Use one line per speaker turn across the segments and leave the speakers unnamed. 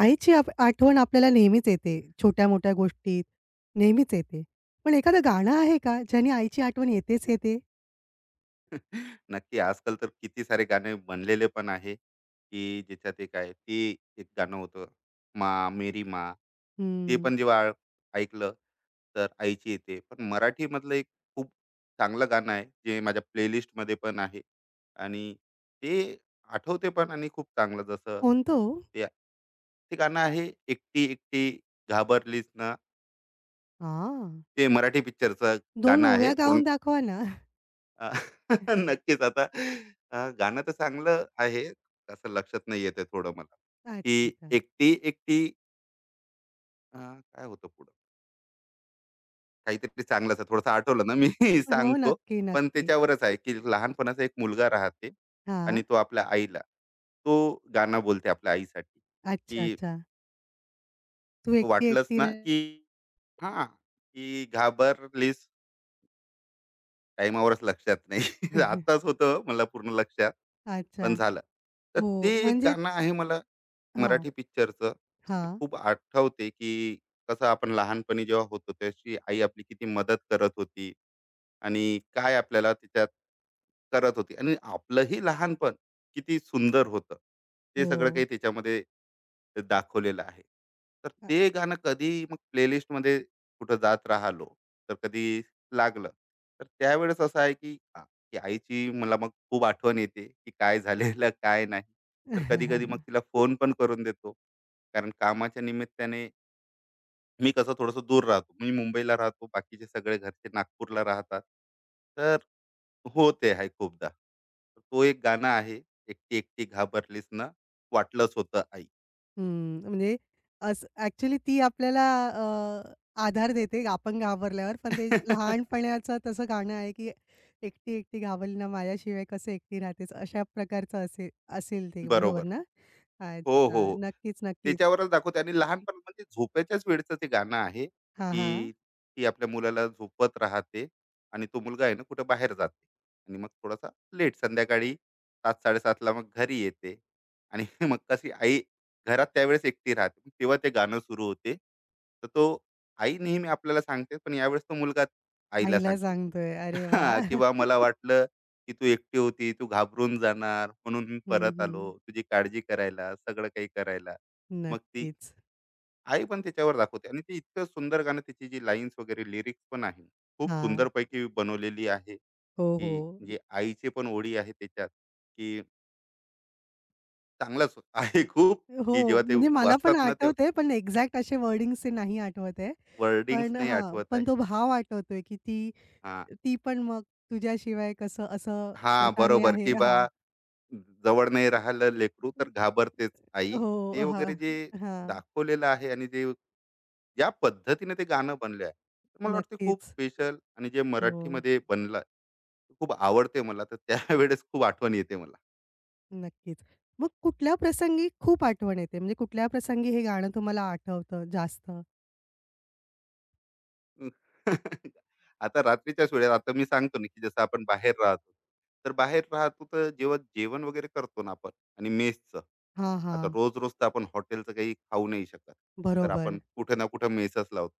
आईची आठवण आपल्याला नेहमीच येते. छोट्या-मोठ्या गोष्टीत नेहमीच येते. पण एखादं गाणं आहे का, ज्याने आईची आठवण येतेच येते?
नक्की. आजकाल तर किती सारे गाणे बनलेले पण आहे, की ज्याच्यात एक आहे. ते एक गाणं होतं, मा, मेरी मा, ते
हं.
पण जेव्हा ऐकलं, तर आईची येते. पण मराठीमधलं एक खूप चांगलं गाणं आहे, जे माझ्या प्लेलिस्टमध्ये पण आहे आणि ते आठवते पण आणि खूप चांगलं जसं
कोणतं ओ?
ते ते गाणं आहे, एकटी एकटी घाबरलीस ना.
हां.
ते मराठी पिक्चरचं
2
गाणं आहे.
ओव्या
पूर्ण
गाऊन दाखवा ना.
अ, नक्कीच आता गाणं तर चांगलं आहे. असं लक्षात नाही येत आहे थोडं मला, की
अच्छा, अच्छा.
एकटी-एकटी अ, काय होतं पुढं? काहीतरी चांगलंच आहे. थोडंसं आठवलं ना मी
हो,
सांगतो.
नक्की,
पण
नक्की.
त्याच्यावरच आहे, की लहानपणाचा एक मुलगा राहते आणि
हां.
तो आपल्या आईला तो गाणं बोलते आपल्या आईसाठी,
अच्छा,
की
अच्छा. तू एकटी,
वाटलंच
एकटी
ना,
रं
की हां, की घाबरलीस टाईमावरच लक्षात नाही. आत्ताच होतं मला पूर्ण लक्षात.
अच्छा.
पण झालं. तर ते
हो,
एक
म्हणजे
गाणं आहे मला
हां,
मराठी पिक्चरचं. ते
हां.
खूप आठवते, की कसं आपण लहानपणी जेव्हा होतो, त्याची आई आपली किती मदत करत होती आणि काय आपल्याला तिच्यात करत होती आणि आपलंही लहानपण किती सुंदर होतं. ते सगळं काही
हो.
त्याच्यामध्ये दाखवलेलं आहे. तर ते गाणं कधी मग प्लेलिस्टमध्ये कुठं जात राहिलो, तर कधी लागलं. तर त्यावेळेस असं आहे, की की आईची मला मग खूप आठवण येते, की काय झालेलं काय नाही. तर कधी-कधी हं. मग तिला फोन पण करून देतो. कारण कामाच्या निमित्ताने मी कसं थोडंसं दूर राहतो. मी मुंबईला राहतो, बाकीचे सगळे घरचे नागपूरला राहतात. तर हो, ते आहे खूपदा. तर तो एक गाणं आहे, एकटी एकटी घाबरलीस ना, वाटलंच होतं आई.
हं, म्हणजे असं ॲक्चुअली ती आपल्याला अ, आधार देते आपण घाबरल्यावर. पण ते लहानपणाचं तसं गाणं आहे, की "एकटी एकटी घाबरली ना माझ्याशिवाय कसं एकटी राहतेस." अशा प्रकारचं असेल असेल ते बरोबर
बरोबर.
ना?
हो, हो,
अच्छा.
हो.
नक्कीच, नक्कीच.
त्याच्यावरच दाखवते आणि लहानपण म्हणजे झोपेच्याच वेळचं ते गाणं आहे,
हां, हां.
की ती आपल्या मुलाला झोपवत राहते आणि तो मुलगा आहे ना कुठे बाहेर जाते आणि मग थोडासा लेट संध्याकाळी 7:00-7:30 ला मग घरी येते आणि मग कशी आई घरात त्यावेळेस एकटी राहते. मग तेव्हा ते गाणं सुरू होते. तर तो आई नेहमी आपल्याला सांगते, पण यावेळेस तो मुलगा आईला
आईला
सांगते,
सांगतोय. अरे
हां,
वाह!
की "बा मला वाटलं की तू एकटी होती, तू घाबरून जाणार, म्हणून मी
हं,
परत
हं.
आलो. तुझी काळजी करायला, सगळं काही करायला. मग ती
नक्कीच.
आई पण त्याच्यावर दाखवते आणि ते इतकं सुंदर गाणं त्याची जी लाईन्स वगैरे लिरिक्स पण आहे. खूप
हां.
सुंदरपैकी बनवलेली आहे,
हो,
की
हो.
जे आईचे पण ओळी आहे त्याच्यात, की चांगलाच आहे खूप, की
हो,
जेव्हा ते
म्हणजे मला पण
वाचतात ना, ते
आठवतंय, पण एक्झॅक्ट असे वर्डिंग्स ते नाही आठवत आहे.
वर्डिंग्स
पण
नाही
हां,
आठवत
पण
आहे.
तो भाव आठवतोय, की ती
हां,
ती पण मग तुझ्याशिवाय कसं असं
हां,
अर्थाने
बरोबर
आहे
की बा
हां.
जवळ नाही राहिलं लेकरू तर घाबरतेच आई. ते
हो, हां,
वगैरे जे
हां.
दाखवलेलं आहे आणि जे ज्या पद्धतीने ते गाणं बनले आहे, तर मला वाटतं खूप
नक्कीच.
स्पेशल आणि जे
हो,
मराठीमध्ये बनलं, खूप आवडते मला. तर त्यावेळेस खूप आठवण येते मला.
नक्कीच. मग कुठल्या प्रसंगी खूप आठवण येते? म्हणजे कुठल्या प्रसंगी हे गाणं तुम्हाला आठवतं जास्त?
हं. आता रात्रीच्याच वेळेत आता मी सांगतो ना, की जसं आपण बाहेर राहतो. तर बाहेर राहतो तर जेव्हा जेवण वगैरे करतो ना आपण आणि मेसचं.
हां,
आता
हां.
रोज-रोज तर आपण हॉटेलचं काही खाऊ नाही शकत. तर आपण
बरोबर.
कुठे ना कुठे मेसच लावतो.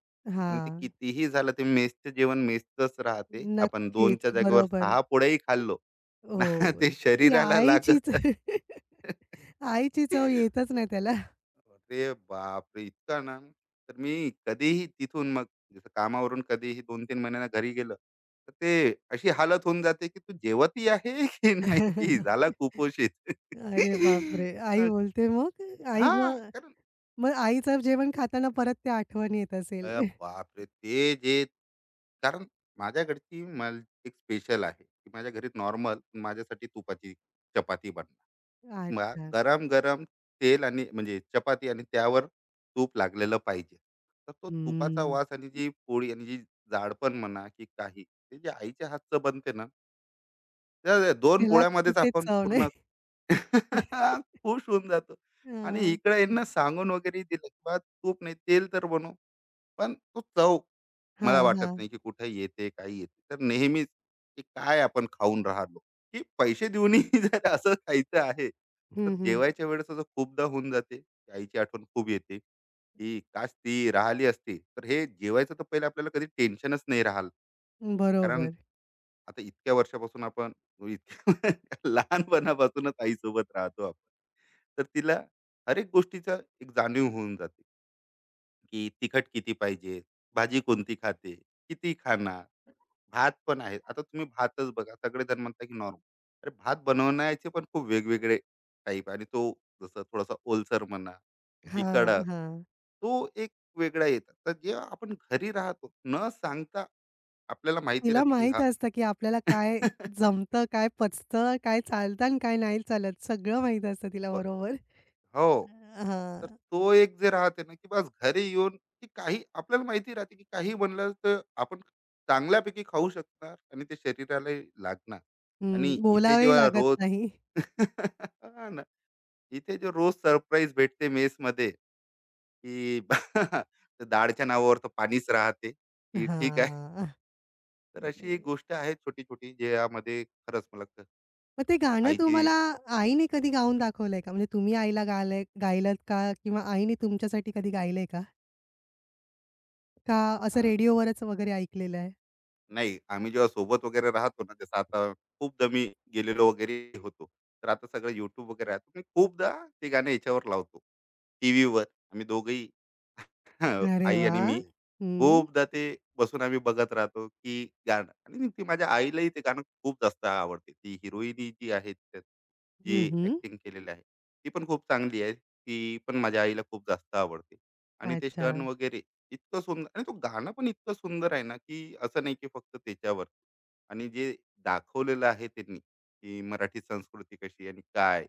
आणि ते
हां.
कितीही झालं ते मेसचं जेवण मेसचंच राहते. आपण
नक्कीच.
2च्या जागेवर
बरोबर.
6 पोळ्याही खाल्लो. ना
हो.
ते
ती
शरीराला
आईचीच
लागत.
आईची चव येतच नाही त्याला.
अरे बापरे! इतका ना, तर मी कधीही तिथून मग जसं कामावरून कधीही 2-3 महिन्यांना घरी गेलं, तर ते अशी हालत होऊन जाते, की तू जेवतही आहे की नाही, की झाला कुपोषित.
अरे बापरे! आई
अ,
बोलते मग? आई
हां,
मग
कारण
मग आईचं जेवण खाताना परत त्या आठवण येत असेल.
बापरे! ते जे कारण माझ्या घरची मला एक स्पेशल आहे, की माझ्या घरी नॉर्मल माझ्यासाठी तुपाची चपाती बनणार. मग
अच्छा.
गरम-गरम तेल आणि म्हणजे चपाती आणि त्यावर तूप लागलेलं पाहिजे. तर तो तुपाचा
हम्म.
वास आणि जी पोळी आणि जी जाडपण म्हणा की काही, ते जे आईच्या हातचं बनते ना, त्या 2
त्याला
पोळ्यामध्येच
कुठेच
आपण
चव
पूर्ण
नाही.
खुश होऊन जातो. आणि
हां.
इकडे यांना सांगून वगैरे दिलं, की "बा तूप नाही तेल तर बनव." पण तो चव मला
हां,
वाटत
हां.
नाही की कुठे येते, काय येते. तर नेहमीच की काय आपण खाऊन राहिलो, की पैसे देऊनही जर असं खायचं आहे, तर
हं, हं.
जेवायच्या वेळेस असं खूपदा होऊन जाते. की आईची आठवण खूप येते, की काश ती राहिली असती, तर हे जेवायचं तर पहिले आपल्याला कधी टेन्शनच नाही राहिलं. कारण
बरोबर.
आता इतक्या वर्षापासून आपण इतक्या लहानपणापासूनच आईसोबत राहतो आपण. तर तिला हर एक गोष्टीचा एक जाणीव होऊन जाते. की तिखट किती पाहिजे, भाजी कोणती खाते, किती खाणार, भात पण आहे. आता तुम्ही भातच बघा, सगळेजण म्हणतात की नॉर्मल. अरे भात बनवण्याचे पण खूप वेगवेगळे टाईप आणि तो जसं थोडासा ओलसर म्हणा की
हां,
कडक,
हां.
तो एक वेगळा येतात. तर जेव्हा आपण घरी राहतो, न सांगता आपल्याला माहिती
तिला
राहते की
माहीत
हा
असतं, की आपल्याला काय जमतं, काय पचतं, काय चालतं आणि काय नाही चालत. सगळं माहीत असतं तिला
बर
बरोबर.
हो. तर
हां.
तो एक जे राहते ना, की बस घरी येऊन की काही आपल्याला माहिती राहते, की काही बनलं तर आपण चांगल्यापैकी खाऊ शकणार आणि ते शरीरालाही लागणार. आणि
हं.
इथे
बोलावंही
जेव्हा
लागत
रोज
नाही.
हां ना. इथे जे रोज सरप्राईज भेटते मेसमध्ये, की ते डाळच्या नावावर तर पाणीच राहते, की ठीक आहे.
हां.
तर अशी एक गोष्ट आहे छोटी-छोटी, ज्यामध्ये खरंच मला वाटतं
मग ते गाणं
आईची
तुम्हाला आईने कधी गाऊन दाखवलंय का? म्हणजे तुम्ही आईला गायलंय गायलत का? किंवा आईने तुमच्यासाठी कधी गायलंय का? का असं रेडिओवरच वगैरे ऐकलेलं आहे?
नाही, आम्ही जेव्हा सोबत वगैरे राहतो ना, जसं आता खूपदा मी गेलेलो वगैरे होतो. तर आता सगळं YouTube वगैरे आहे. तर मी खूपदा ते गाणं याच्यावर लावतो, टीव्हीवर. आम्ही दोघंही
अरे
आई आणि
वाह!
मी
हं.
खूपदा ते बसून आम्ही बघत राहतो, की गाणं आणि ती माझ्या आईलाही ते गाणं खूप जास्त आवडते. ती हिरोईन जी आहे, त्यात जी
हं, हं.
ॲक्टिंग केलेली आहे, ती पण खूप चांगली आहे. ती पण माझ्या आईला खूप जास्त आवडते आणि ते
अच्छा.
सण वगैरे इतकं सुंदर आणि तो गाणं पण इतकं सुंदर आहे ना, की असं नाही की फक्त त्याच्यावर आणि जे दाखवलेलं आहे त्यांनी, की मराठी संस्कृती कशी आहे आणि काय,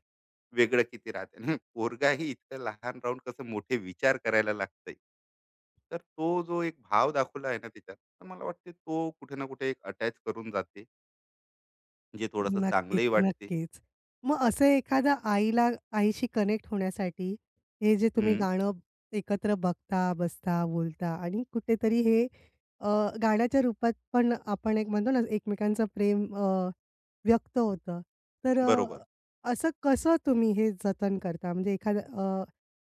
वेगळं किती राहते आणि पोरगाही इतकं लहान राहून कसं मोठे विचार करायला लागतंय. तर तो जो एक भाव दाखवला आहे ना त्याच्यात, तर मला वाटते तो कुठे ना कुठे एक अटॅच करून जाते, जे थोडंसं
नक्कीच,
चांगलंही वाटते.
नक्कीच. मग असं एखादा आईला आईशी कनेक्ट होण्यासाठी हे जे तुम्ही
हं,
गाणं एकत्र बघता, बसता, बोलता आणि कुठेतरी हे अ, गाण्याच्या रूपात पण आपण एक म्हणतो ना, एकमेकांचं प्रेम व्यक्त होतं. तर
बरोबर.
असं कसं तुम्ही हे जतन करता? म्हणजे एखादं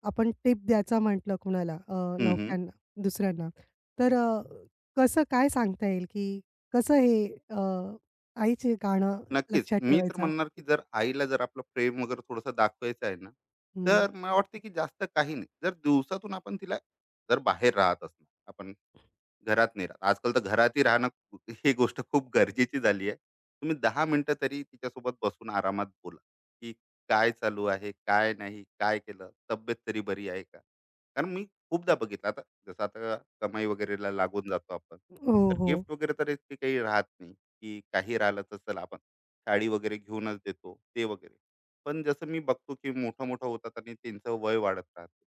आपण टिप द्यायचा म्हटलं कुणाला
हं,
नवख्यांना, दुसऱ्यांना, तर कसं काय सांगता येईल, की कसं हे अ, आईचे गाणं
नक्कीच.
लक्षात
मी तर
ठेवायचं?
म्हणणार, की जर आईला जर आपलं प्रेम वगैरे थोडंसं दाखवायचं आहे ना,
हं.
तर मला वाटतं, की जास्त काही नाही. जर दिवसातून आपण तिला जर बाहेर राहत असू, आपण घरात नाही राहत. आजकाल तर घरातही राहणं ही गोष्ट खूप गरजेची झाली आहे. तुम्ही 10 मिनिटं तरी तिच्यासोबत बसून आरामात बोला, की काय चालू आहे, काय नाही, काय केलं, तब्येत तरी बरी आहे का? कारण मी खूपदा बघितलं, आता जसं आता कमाई वगैरेला लागून जातो आपण,
हो,
तर
हो.
गिफ्ट वगैरे तर इतके काही राहत नाही, की काही राहिलं तर चला आपण साडी वगैरे घेऊनच देतो ते वगैरे. पण जसं मी बघतो की मोठं-मोठं होतात आणि त्यांचं वय वाढत राहते.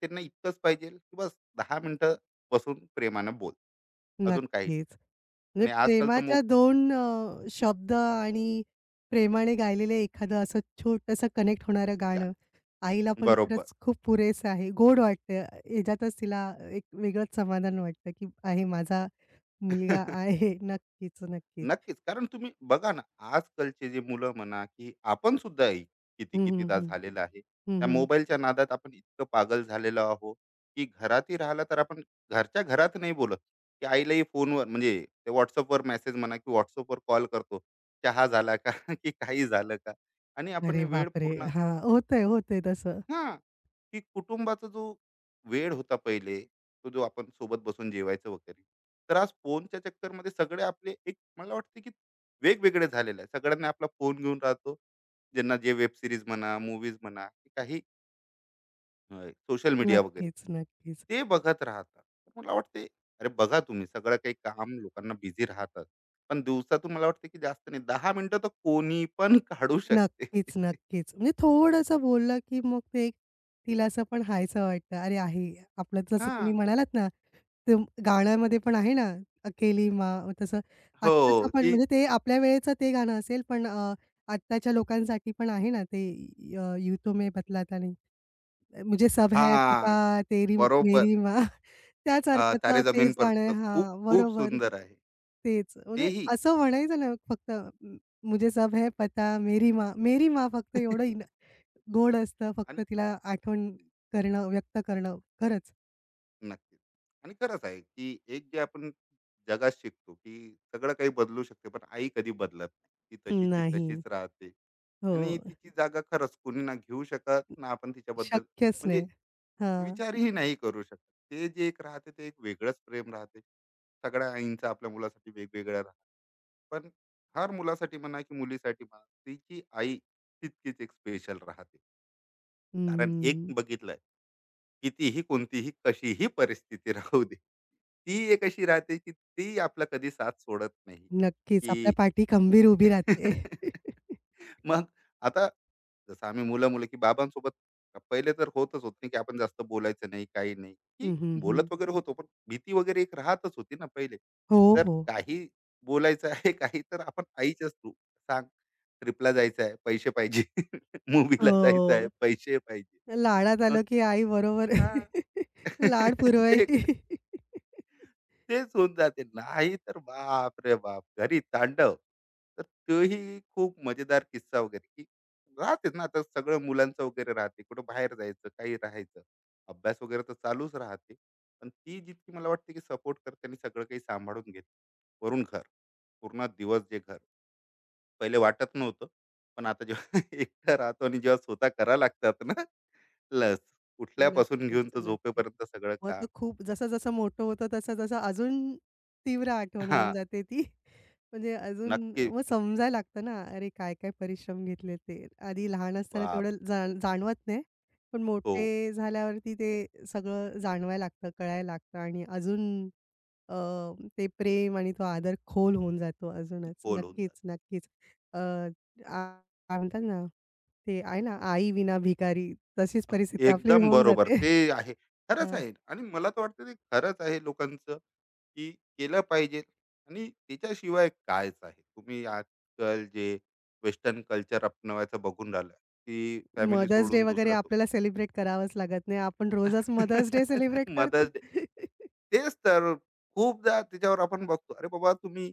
त्यांना इतकंच पाहिजे की बस दहा मिनिटं बसून प्रेमानं बोल. अजून काही नाही.
नक्कीच. म्हणजे
आणि आजकाल तर
प्रेमाच्या 2 शब्द आणि प्रेमाने गायलेलं एखादं असं छोटंसं कनेक्ट होणारं गाणं,
गाणं
आईला पण
बरोबर.
खरंच खूप पुरेसं आहे. गोड वाटतं. ह्याच्यातच तिला एक वेगळंच समाधान वाटतं, की आहे माझा मुलगा आहे. नक्कीच, नक्कीच.
नक्कीच. कारण तुम्ही बघा ना, आजकालचे जे मुलं म्हणा, की आपण सुद्धा एक किती
हं, हं,
कितीदा
हं.
झालेलं आहे.
हं,
त्या
हं.
मोबाईलच्या नादात आपण इतकं पागल झालेलो आहोत, की घरातही राहिला तर आपण घरच्या घरात नाही बोलत, की आईलाही फोनवर म्हणजे ते WhatsAppवर मेसेज म्हणा, की WhatsAppवर कॉल करतो. चहा झाला का? की काही झालं का? आणि आपण
अरे
वेळ
बापरे!
पूर्ण
हां, होतंय, होतंय तसं.
हां, की कुटुंबाचा जो वेळ होता पहिले, तो जो आपण सोबत बसून जेवायचं वगैरे. तर आज फोनच्या चक्करमध्ये सगळे आपले एक मला वाटते, की वेगवेगळे झालेले आहे. सगळ्यांना आपला फोन घेऊन राहतो. ज्यांना जे वेब सीरीज म्हणा, मूवीज म्हणा, की काही सोशल मीडिया वगैरे,
नक्कीच, नक्कीच.
ते बघत राहतात. तर मला वाटते, अरे बघा तुम्ही सगळं काही काम लोकांना बिझी राहतात. पण दिवसातून मला वाटते, की जास्त नाही 10 मिनिटं तर कोणी पण काढू शकते.
नक्कीच, नक्कीच. म्हणजे थोडंसं बोललं, की मग ते तिला असं पण हायसं वाटतं. अरे आहे. आपलं जसं
हां.
तुम्ही म्हणालात ना, ते गाण्यामध्ये पण आहे ना, अकेली माँ तसं आत्ताचं
हो,
पण
की
म्हणजे ते आपल्या वेळेचं ते गाणं असेल, पण आत्ताच्या लोकांसाठी पण आहे ना ते "यूँ तो मैं बतलाता नहीं." मुझे सब है
हां,
पता, तेरी
बरोबर.
मेरी माँ. त्याच
तारे
अर्थाचं
जमीन
तेच
पर
गाणं आहे. हां,
खूप-खूप
बरोबर.
सुंदर आहे.
तेच. म्हणजे
तेही
असं म्हणायचं ना फक्त म मुझे सब है पता, मेरी माँ. मेरी माँ फक्त एवढं इन गोड असतं फक्त
आणि
तिला आठवण करणं, व्यक्त करणं. खरंच.
नक्कीच. आणि खरंच आहे, की एक जे आपण जगात शिकतो, की सगळं काही बदलू शकते, पण आई कधी बदलत नाही. ती तशीची
नाही.
तशीच राहते
हो.
आणि तिची जागा खरंच कोणी ना घेऊ शकत, ना आपण तिच्याबद्दल
शक्यच
म्हणजे
नाही. हां.
विचारही नाही करू शकत. ते जे एक राहते, ते एक वेगळंच प्रेम राहते. सगळ्या आईंचं आपल्या मुलासाठी वेगवेगळं राहतं. पण हर मुलासाठी म्हणा की मुलीसाठी म्हणा तिची आई तितकीच एक स्पेशल राहते कारण एक
हं,
बघितलंय कितीही कोणतीही कशीही परिस्थिती राहू दे ती एक अशी राहते की ती आपला कधी साथ सोडत नाही
नक्कीच. आपल्या
की
पाठी खंबीर उभी राहते.
मग आता जसं आम्ही मुलं-मुलं, की बाबांसोबत पहिले तर होतच होत नाही, की आपण जास्त बोलायचं नाही, काही नाही, की
हं, हं, हं.
बोलत वगैरे होतो, पण भीती वगैरे एक राहतच होती ना पहिले.
हो,
तर
हो.
काही बोलायचं आहे, काही तर आपण आईच्या थ्रू सांग, ट्रिपला जायचं आहे, पैसे पाहिजे, मूव्हीला जायचं आहे,
हो.
पैसे पाहिजे.
लाडात
मग
आलं की आई बरोबर
हां.
लाड
ते
पुरवायची.
तेच होऊन जाते. नाही तर बाप रे बाप! घरी तांडव. तर तोही खूप मजेदार किस्सा वगैरे, की राहतेच ना आता सगळं मुलांचं वगैरे राहते. कुठं बाहेर जायचं, काही राहायचं. अभ्यास वगैरे तर चालूच राहते. पण ती जितकी मला वाटते, की सपोर्ट करते आणि सगळं काही सांभाळून घेते. वरून घर, पूर्ण दिवस जे घर. पहिले वाटत नव्हतं. पण आता जेव्हा एकटा राहतो आणि जेव्हा स्वतः करावं लागतात ना, लस. उठल्यापासून
नक्कीच,
घेऊन तर
नक्कीच.
झोपेपर्यंत सगळं
मग
काम.
तो खूप जसं-जसं मोठं होतं, तसं-तसं अजून तीव्र आठवण होऊन
हां,
जाते ती. म्हणजे अजून
नक्की.
मग समजायला लागतं ना, अरे काय-काय परिश्रम घेतले ते. आधी लहान असताना
बाप!
तेवढं जाण जाणवत नाही. पण
तो
मोठे झाल्यावरती ते सगळं जाणवायला लागतं, कळायला लागतं आणि अजून अ, ते प्रेम आणि तो आदर खोल होऊन जातो अजूनच.
खोल होऊन जातं.
नक्कीच, नक्कीच. अ, आ काय म्हणतात ना, ते आहे ना, "आई विना भिकारी." तशीच परिस्थिती आपली
एकदम
होऊन
बरोबर.
जाते.
ते आहे. खरंच
हं.
आहे आणि मला तर वाटतं ते खरंच आहे लोकांचं, की केलं पाहिजे आणि त्याच्याशिवाय कायच आहे. तुम्ही आजकाल जे वेस्टर्न कल्चर अपनावायचं बघून राहिलं, की फॅमिली
मदर्स डे
सोडून
वगैरे
दुसरा
आपल्याला सेलिब्रेट करावाच लागत नाही. आपण रोजच मदर्स डे सेलिब्रेट करतो.
Mother's day. तेच तर खूपदा त्याच्यावर आपण बघतो, अरे बाबा तुम्ही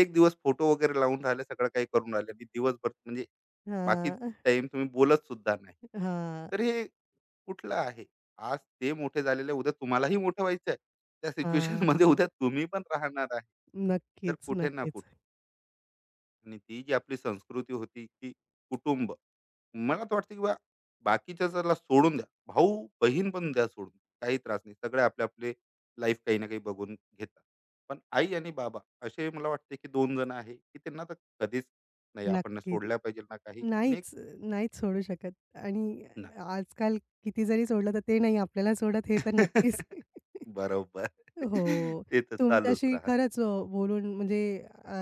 एक दिवस फोटो वगैरे लावून राहिले, सगळं काही करून राहिले आणि दिवसभर म्हणजे बाकी
हां,
टाइम तुम्ही बोलत सुद्धा नाही. तर
हां.
हे कुठलं आहे? आज ते मोठे झालेले, उद्या तुम्हालाही मोठं व्हायचं आहे. त्या
हां.
सिच्युएशनमध्ये उद्या तुम्ही पण राहणार आहे. तर
नक्कीच,
कुठे ना
नक्कीच,
कुठे आणि ती जी आपली संस्कृती होती की कुटुंब मला तर वाटतं की बा बाकीच्या जरा सोडून द्या भाऊ बहीण पण द्या सोडून काही त्रास नाही सगळे आपले आपले लाईफ काही ना काही बघून घेतात पण आई आणि बाबा असे मला वाटते की दोन जण आहे की त्यांना तर कधीच नाही आपण ना
नक्कीच.
सोडल्या पाहिजे ना काही आणि एक
नाहीच, नाहीच सोडू शकत आणि
नाही
आजकाल किती जरी सोडलं तर ते नाही आपल्याला सोडत हे तर नक्कीच.
बरोबर
हो.
ते तर चालूच
तुमच्याशी
राहत
खरंच बोलून म्हणजे अ,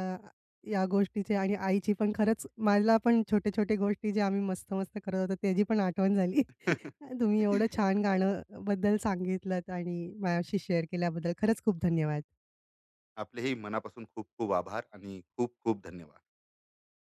या गोष्टीचे आणि आईची पण खरंच मला पण छोटे-छोटे गोष्टी जे आम्ही मस्त-मस्त करत होतो त्याची पण आठवण झाली. तुम्ही एवढं छान गाणं बद्दल सांगितलत आणि माझ्याशी शेअर केल्याबद्दल खरंच खूप धन्यवाद.
आपलेही मनापासून खूप खूप आभार आणि खूप खूप धन्यवाद